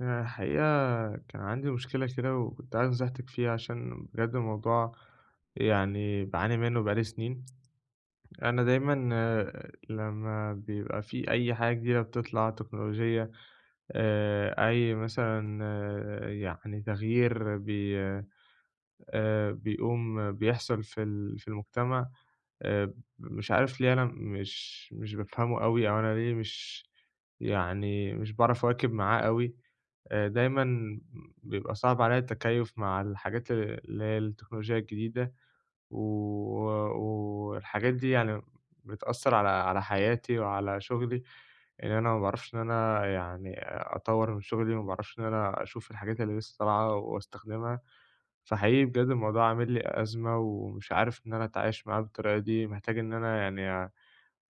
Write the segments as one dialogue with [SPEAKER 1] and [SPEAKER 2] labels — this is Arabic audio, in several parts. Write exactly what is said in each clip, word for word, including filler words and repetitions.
[SPEAKER 1] أنا الحقيقة كان عندي مشكلة كده وكنت عايز نصيحتِك فيها عشان بجد الموضوع يعني باعاني منّه بقى لي سنين. أنا دايمًا آآ لمّا بيبقى في أي حاجة جديدة بتطلع تكنولوجية، آآ أي مثلًا آه، يعني تغيير بي آآ بيقوم بيحصل في ال في المجتمع. آآ مش عارف ليه أنا مش مش بافهمه أوي، أو أنا ليه مش يعني مش باعرف أواكب معاه أوي. آآ دايمًا بيبقى صعب عليّا التكيُّف مع الحاجات اللي هي التكنولوجيا الجديدة، و والحاجات دي يعني بتأثّر على على حياتي وعلى شغلي، إن أنا ما باعرفش إن أنا يعني أطوّر من شغلي، وما باعرفش إن أنا أشوف الحاجات اللي لسه طالعة واستخدمها. فحقيقي بجد الموضوع عامل لي أزمة ومش عارف إن أنا أتعايش معاه بالطريقة دي، محتاج إن أنا يعني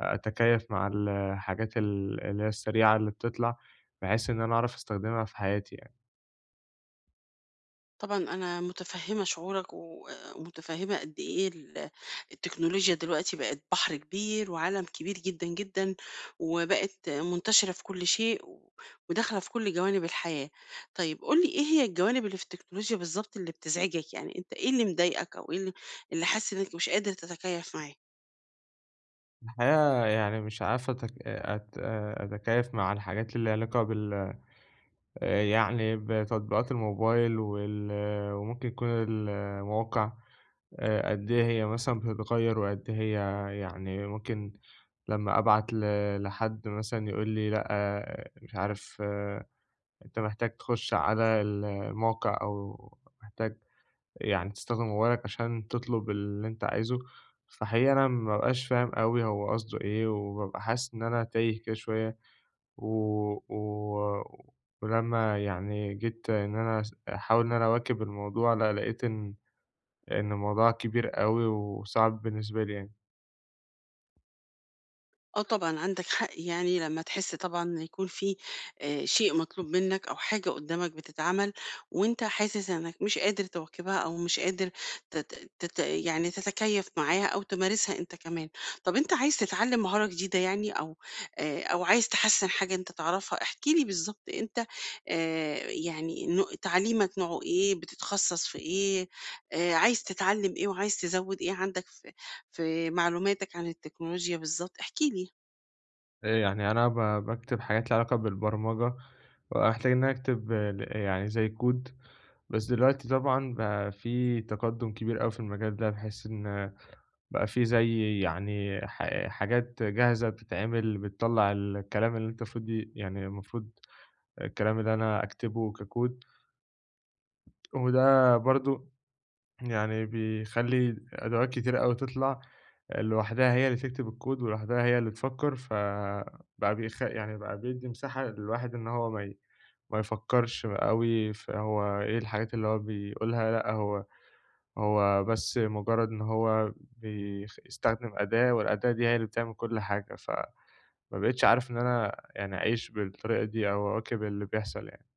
[SPEAKER 1] أتكيّف مع الحاجات ال اللي هي السريعة اللي بتطلع، بحيث إن أنا أعرف أستخدمها في حياتي يعني.
[SPEAKER 2] طبعًا أنا متفهّمة شعورك و ومتفهّمة قد إيه ال التكنولوجيا دلوقتي بقت بحر كبير وعالم كبير جدًا، جدًا، وبقت منتشرة في كل شيء و وداخلة في كل جوانب الحياة. طيب قُل لي إيه هي الجوانب اللي في التكنولوجيا بالضبط اللي بتزعجك؟ يعني أنت إيه اللي مضايقك أو إيه ال اللي حاسس إنك مش قادر تتكيّف معاه؟
[SPEAKER 1] الحقيقة يعني مش عارف أتك... أت... أتكيف مع الحاجات اللي ليها علاقة بال يعني بتطبيقات الموبايل، وال... وممكن يكون المواقع. آه، قد إيه هي مثلا بتتغير، وقد إيه هي يعني ممكن. لما أبعت ل... لحد مثلا يقول لي لأ، آه، مش عارف، آه، أنت محتاج تخش على الموقع، أو محتاج يعني تستخدم موبايلك عشان تطلب اللي أنت عايزه. فحقيقي أنا ما بابقاش فاهم أوي هو قصده إيه، وبابقى حاسس إن أنا تايه كده شوية. و و ولمّا يعني جيت إن أنا أس أحاول إن أنا أواكب الموضوع، لأ لقيت إن إن الموضوع كبير أوي وصعب بالنسبة لي يعني.
[SPEAKER 2] آه، طبعًا عندك حق، يعني لمّا تحس طبعًا إن يكون في آآ شيء مطلوب منّك أو حاجة قدّامك بتتعمل وأنت حاسس إنّك مش قادر تواكبها أو مش قادر تت تت يعني تتكيّف معاها أو تمارسها أنت كمان. طَب أنت عايز تتعلّم مهارة جديدة يعني أو آآ أو عايز تحسّن حاجة أنت تعرفها، احكِ لي بالضبط أنت آآ يعني نوع تعليمك نوعه إيه، بتتخصّص في إيه، آآ عايز تتعلّم إيه وعايز تزوّد إيه عندك في في معلوماتك عن التكنولوجيا بالضبط، احكِ لي.
[SPEAKER 1] آآ يعني أنا ب باكتب حاجات ليها علاقة بالبرمجة، بابقى محتاج إن أنا أكتب، آه، ل يعني زي كود. بس دلوقتي طبعًا بقى في تقدُّم كبير أوي في المجال ده، بحيث إن بقى في زي يعني ح حاجات جاهزة بتتعمل، بتطلّع الكلام اللي أنت المفروض ي يعني المفروض الكلام اللي أنا أكتبه ككود. وده برضه يعني بيخلّي أدوات كتيرة أوي تطلع لوحدها، هي اللي تكتب الكود، ولوحدها هي اللي تفكّر. فبقى بيخ يعني بقى بيدّي مساحة للواحد إن هو ما ي ما يفكّرش أوي، فهو إيه الحاجات اللي هو بيقولها؟ لأ، هو هو بس مجرد إن هو بيخ يستخدم أداة، والأداة دي هي اللي بتعمل كل حاجة. فما بقيتش عارف إن أنا يعني أعيش بالطريقة دي أو أواكب اللي بيحصل يعني.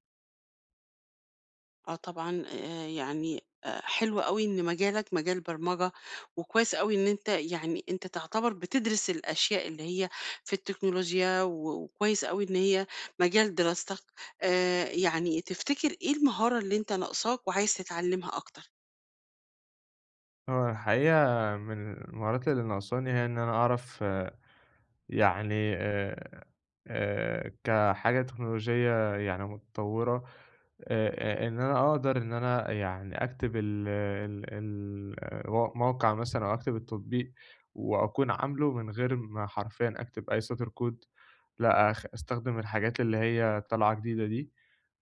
[SPEAKER 2] آه طبعًا، آآ يعني آآ حلو أوي إن مجالك مجال برمجة، وكويس أوي إن أنت يعني أنت تعتبر بتدرس الأشياء اللي هي في التكنولوجيا، و وكويس أوي إن هي مجال دراستك. آآ يعني تفتكر إيه المهارة اللي أنت ناقصاك وعايز تتعلمها أكتر؟
[SPEAKER 1] هو الحقيقة من المهارات اللي ناقصاني هي إن أنا أعرف، آه، يعني آآ آآ كحاجة تكنولوجية يعني متطورة. آآ، إن أنا أقدر إن أنا يعني أكتب ال ال ال و موقع مثلًا، أو أكتب التطبيق وأكون عامله من غير ما حرفيًا أكتب أي سطر كود. لأ، أخ أستخدم الحاجات اللي هي طالعة جديدة دي،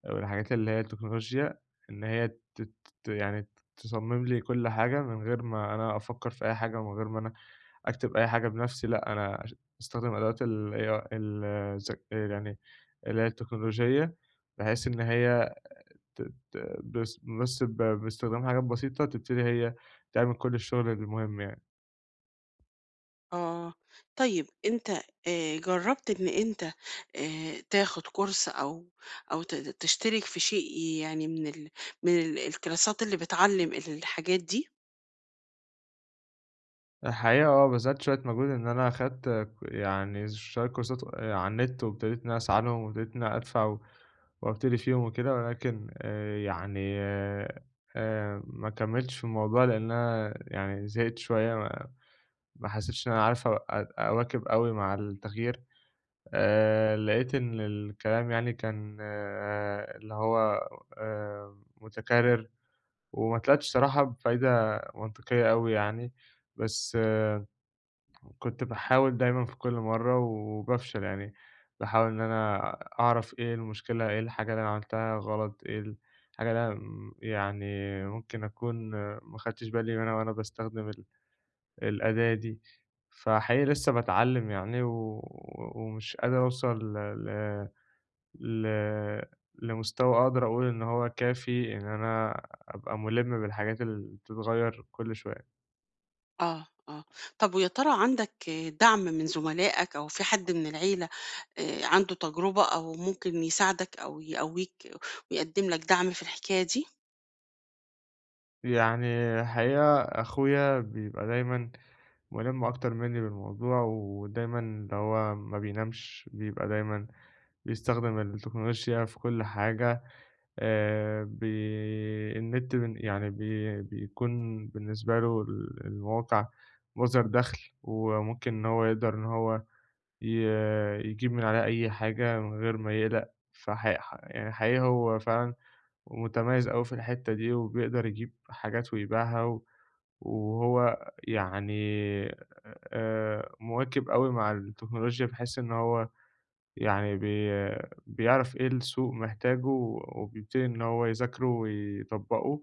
[SPEAKER 1] أو الحاجات اللي هي التكنولوجيا. إن هي ت ت يعني تصمم لي كل حاجة من غير ما أنا أفكر في أي حاجة، ومن غير ما أنا أكتب أي حاجة بنفسي. لأ، أنا أش باستخدم أدوات ال إيه آي، ال الذك يعني اللي هي التكنولوجية، بحيث إن هي ت ت بس بس ب باستخدام حاجات بسيطة تبتدي هي تعمل كل الشغل المهم يعني.
[SPEAKER 2] آه، طيب أنت آآ جرّبت إن أنت آآ تاخد كورس أو أو ت تشترك في شيء يعني من ال من ال الكلاسات اللي بتعلم الحاجات دي؟
[SPEAKER 1] الحقيقة آه بذلت شوية مجهود، إن أنا أخدت ك يعني شوية كورسات آآ على النت، وابتديت إن أنا أسعى لهم، وابتديت إن أنا أدفع، و وأبتدي فيهم وكده. ولكن آآ يعني آآ ما كمّلتش في الموضوع لإن أنا يعني زهقت شوية. ما ما حسيتش إن أنا عارف أو أ أواكب أوي مع التغيير. آآ لقيت إن الكلام يعني كان، آه، اللي هو آآ متكرر، وما طلعتش صراحة بفايدة منطقية أوي يعني. بس، آه، كنت باحاول دايمًا في كل مرّة وبافشل يعني. باحاول إن أنا أعرف إيه المشكلة، إيه الحاجة اللي أنا عملتها غلط، إيه الحاجة اللي أنا م يعني ممكن أكون، آه، ما خدتش بالي منها وأنا باستخدم ال الأداة دي. فحقيقي لسه باتعلّم يعني، و و- ومش قادر أوصل ل ل ل لمستوى أقدر أقول إن هو كافي، إن أنا أبقى مُلِم بالحاجات اللي بتتغيّر كل شوية.
[SPEAKER 2] آه، آه. طب ويا ترى عندك دعم من زملائك أو في حد من العيلة آآ عنده تجربة أو ممكن يساعدك أو يقويك ويقدم لك دعم في الحكاية دي؟
[SPEAKER 1] يعني الحقيقة أخويا بيبقى دايمًا مُلِم أكتر منّي بالموضوع، ودايمًا اللي هو ما بينامش. بيبقى دايمًا بيستخدم التكنولوجيا في كل حاجة، آآ بي النت، بن يعني بي بيكون بالنسبة له ال المواقع مصدر دَخْل، وممكن إن هو يقدر إن هو ي يجيب من عليها أي حاجة من غير ما يقلق. فحق ح يعني حقيقي هو فعلًا متميز أوي في الحتّة دي، وبيقدر يجيب حاجات ويبيعها، و وهو يعني آآ مواكب أوي مع التكنولوجيا، بحيث إن هو يعني بي بيعرف إيه السوق محتاجه، وبيبتدي إن هو يذاكره ويطبّقه.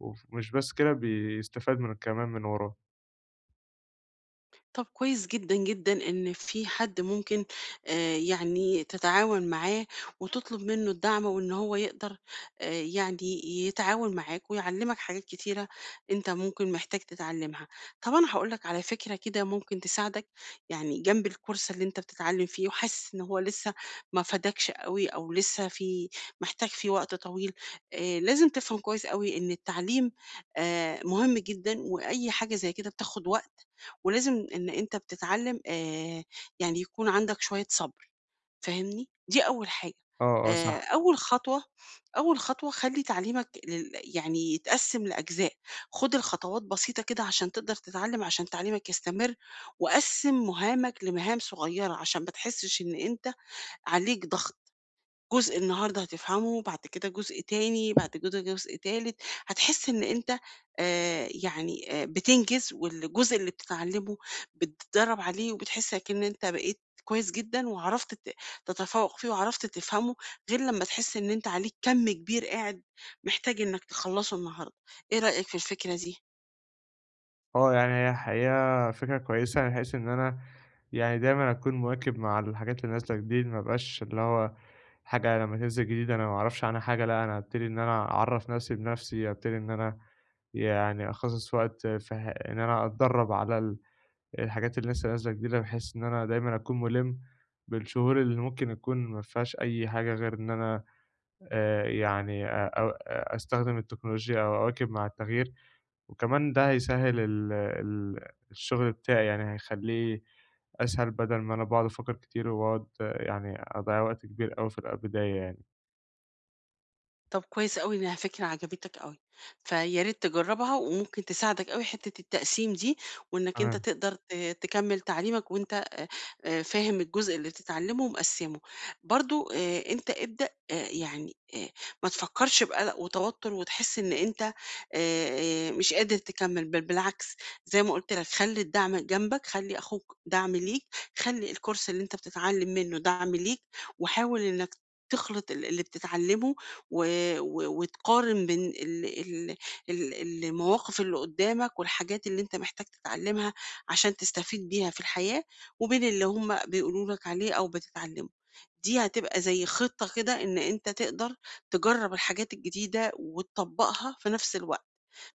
[SPEAKER 1] وف مش بس كده، بيستفاد من كمان من وراه.
[SPEAKER 2] طب كويس جدًا، جدًا إن في حد ممكن آآ يعني تتعاون معاه وتطلب منّه الدعم وإن هو يقدر آآ يعني يتعاون معاك ويعلّمك حاجات كتيرة أنت ممكن محتاج تتعلّمها. طب أنا هاقول لك على فكرة كده ممكن تساعدك، يعني جنب الcourse اللي أنت بتتعلّم فيه وحاسس إن هو لسه ما فادكش أوي أو لسه في محتاج فيه وقت طويل. آآ لازم تفهم كويس أوي إن التعليم آآ مهم جدًا، وأي حاجة زي كده بتاخد وقت، ولازم إن أنت بتتعلم آآ يعني يكون عندك شوية صبر، فاهمني؟ دي أول حاجة.
[SPEAKER 1] آه، آه
[SPEAKER 2] آآ
[SPEAKER 1] صح.
[SPEAKER 2] أول خطوة أول خطوة خلّي تعليمك لل يعني يتقسّم لأجزاء، خُد الخطوات بسيطة كده عشان تقدر تتعلم، عشان تعليمك يستمر، وقسّم مهامك لمهام صغيّرة عشان ما تحسّش إن أنت عليك ضغط. جزء النهارده هتفهمه، بعد كده جزء تاني، بعد كده جزء تالت، هتحس إن أنت آآ يعني آآ بتنجز، والجزء اللي بتتعلمه بتتدرّب عليه، وبتحس أكن أنت بقيت كويس جدًا، وعرفت ت تتفوق فيه، وعرفت تفهمه، غير لمّا تحس إن أنت عليك كَم كبير قاعد محتاج إنك تخلّصه النهارده. إيه رأيك في الفكرة دي؟
[SPEAKER 1] آه، يعني هي الحقيقة فكرة كويسة يعني، بحيث إن أنا يعني دايمًا أكون مواكب مع الحاجات اللي نازلة جديد، ما أبقاش اللي هو حاجة لمّا تنزل جديد أنا ما أعرفش عنها حاجة. لأ، أنا أبتدي إن أنا أعرّف نفسي بنفسي، أبتدي إن أنا يعني أخصص وقت في ح إن أنا أتدرّب على ال الحاجات اللي لسه نازلة جديدة، بحيث إن أنا دايمًا أكون مُلِم بالشهور اللي ممكن يكون ما فيهاش أي حاجة غير إن أنا آآ، يعني أ أو آه، أستخدم التكنولوجيا أو أواكب مع التغيير. وكمان ده هيسهّل ال ال الشغل بتاعي، يعني هيخلّيه أسهل بدل ما أنا باقعد أفكّر كتير، وباقعد يعني أضيّع وقت كبير أوي في البداية يعني.
[SPEAKER 2] طب كويس أوي إنها فكرة عجبتك أوي، فيا ريت تجرّبها، وممكن تساعدك أوي حتّة التقسيم دي، وإنك أنت
[SPEAKER 1] تمام.
[SPEAKER 2] تقدر ت تكمّل تعليمك وأنت آآ آآ فاهم الجزء اللي بتتعلّمه ومقسّمه. برضه آآ أنت ابدأ، آآ يعني آآ ما تفكّرش بقلق وتوتُّر وتحس إن أنت آآ مش قادر تكمّل، بل بالعكس، زي ما قُلت لك خلّي الدعم جنبك، خلّي أخوك دعم ليك، خلّي الcourse اللي أنت بتتعلّم منّه دعم ليك، وحاول إنك تخلِط ال اللي بتتعلّمه و و وتقارن بين ال ال ال المواقف اللي قدامك والحاجات اللي أنت محتاج تتعلمها عشان تستفيد بيها في الحياة، وبين اللي هم بيقولوا لك عليه أو بتتعلمه. دي هتبقى زي خطة كده إن أنت تقدر تجرب الحاجات الجديدة وتطبقها في نفس الوقت،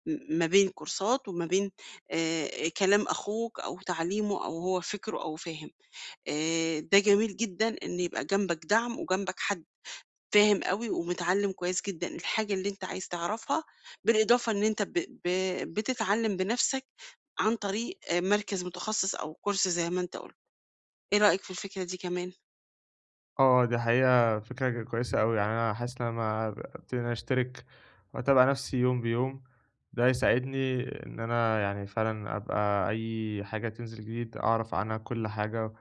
[SPEAKER 2] م ما بين كورسات وما بين آآ كلام أخوك أو تعليمه أو هو فكره أو فاهم. آآ ده جميل جدًا إن يبقى جنبك دعم وجنبك حد فاهم أوي ومتعلّم كويس جدًا الحاجة اللي أنت عايز تعرفها، بالإضافة إن أنت ب ب بتتعلّم بنَفْسك عن طريق آآ مركز متخصص أو كورس زي ما أنت قُلت. إيه رأيك في الفكرة دي كمان؟
[SPEAKER 1] آه، دي حقيقة فكرة ج كويسة أوي. يعني أنا حاسس إن أنا ب أبتدي إن أنا أشترك وأتابع نَفْسي يوم بيوم، ده هيساعدني إن أنا يعني فعلًا أبقى أي حاجة تنزل جديد أعرف عنها كل حاجة،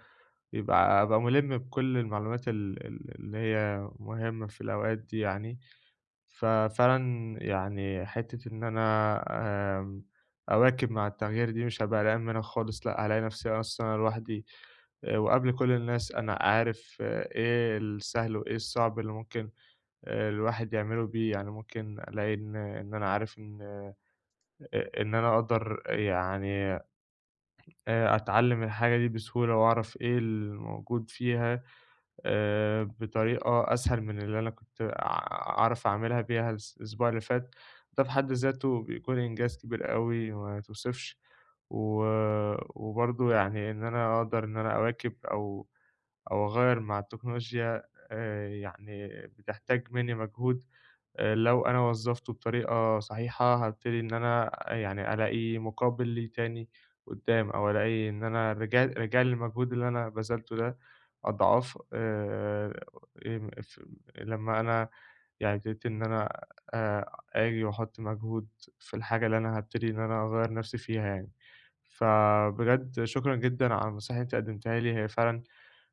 [SPEAKER 1] يبقى أبقى مُلِم بكل المعلومات ال ال اللي هي مهمة في الأوقات دي يعني. ففعلًا يعني حتّة إن أنا آمم، أواكب مع التغيير دي مش هابقى قلقان منها خالص. لأ، هالاقي نفسي أصلًا أنا لوحدي، آآ، وقبل كل الناس أنا عارف، آه، إيه السهل وإيه الصعب اللي ممكن، آآ، الواحد يعمله بيه. يعني ممكن ألاقي إن إن أنا عارف إن أ إن أنا أقدر يعني، آآ، أتعلم الحاجة دي بسهولة، وأعرف إيه الموجود فيها آآ بطريقة أسهل من اللي أنا كنت أع أعرف أعملها بيها الأس الأسبوع اللي فات. ده في حد ذاته بيكون إنجاز كبير أوي ما يتوصفش. و وبرضه يعني إن أنا أقدر إن أنا أواكب أو أو أغيّر مع التكنولوجيا آآ يعني بتحتاج منّي مجهود. آآ لو أنا وظّفته بطريقة صحيحة، هابتدي إن أنا، آه، يعني ألاقي مقابل ليه تاني قدّام، أو ألاقي إن أنا رجع رجع لي المجهود اللي أنا بذلته ده أضعاف. آآ آمم ف لمّا أنا يعني ابتديت إن أنا آآ آجي وأحُط مجهود في الحاجة اللي أنا هابتدي إن أنا أغيّر نَفْسي فيها يعني. فبجد شكرًا جدًا على النصايح اللي أنتِ قدّمتيها لي، هي فعلًا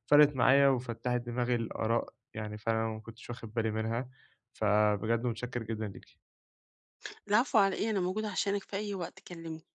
[SPEAKER 1] فرقِت معايا وفتّحت دماغي لآراء يعني فعلًا أنا ما كنتش واخد بالي منها. فبجد متشكّر جدًا ليكِ.
[SPEAKER 2] العفو على إيه، أنا موجودة عشانك في أي وقت، كلمني.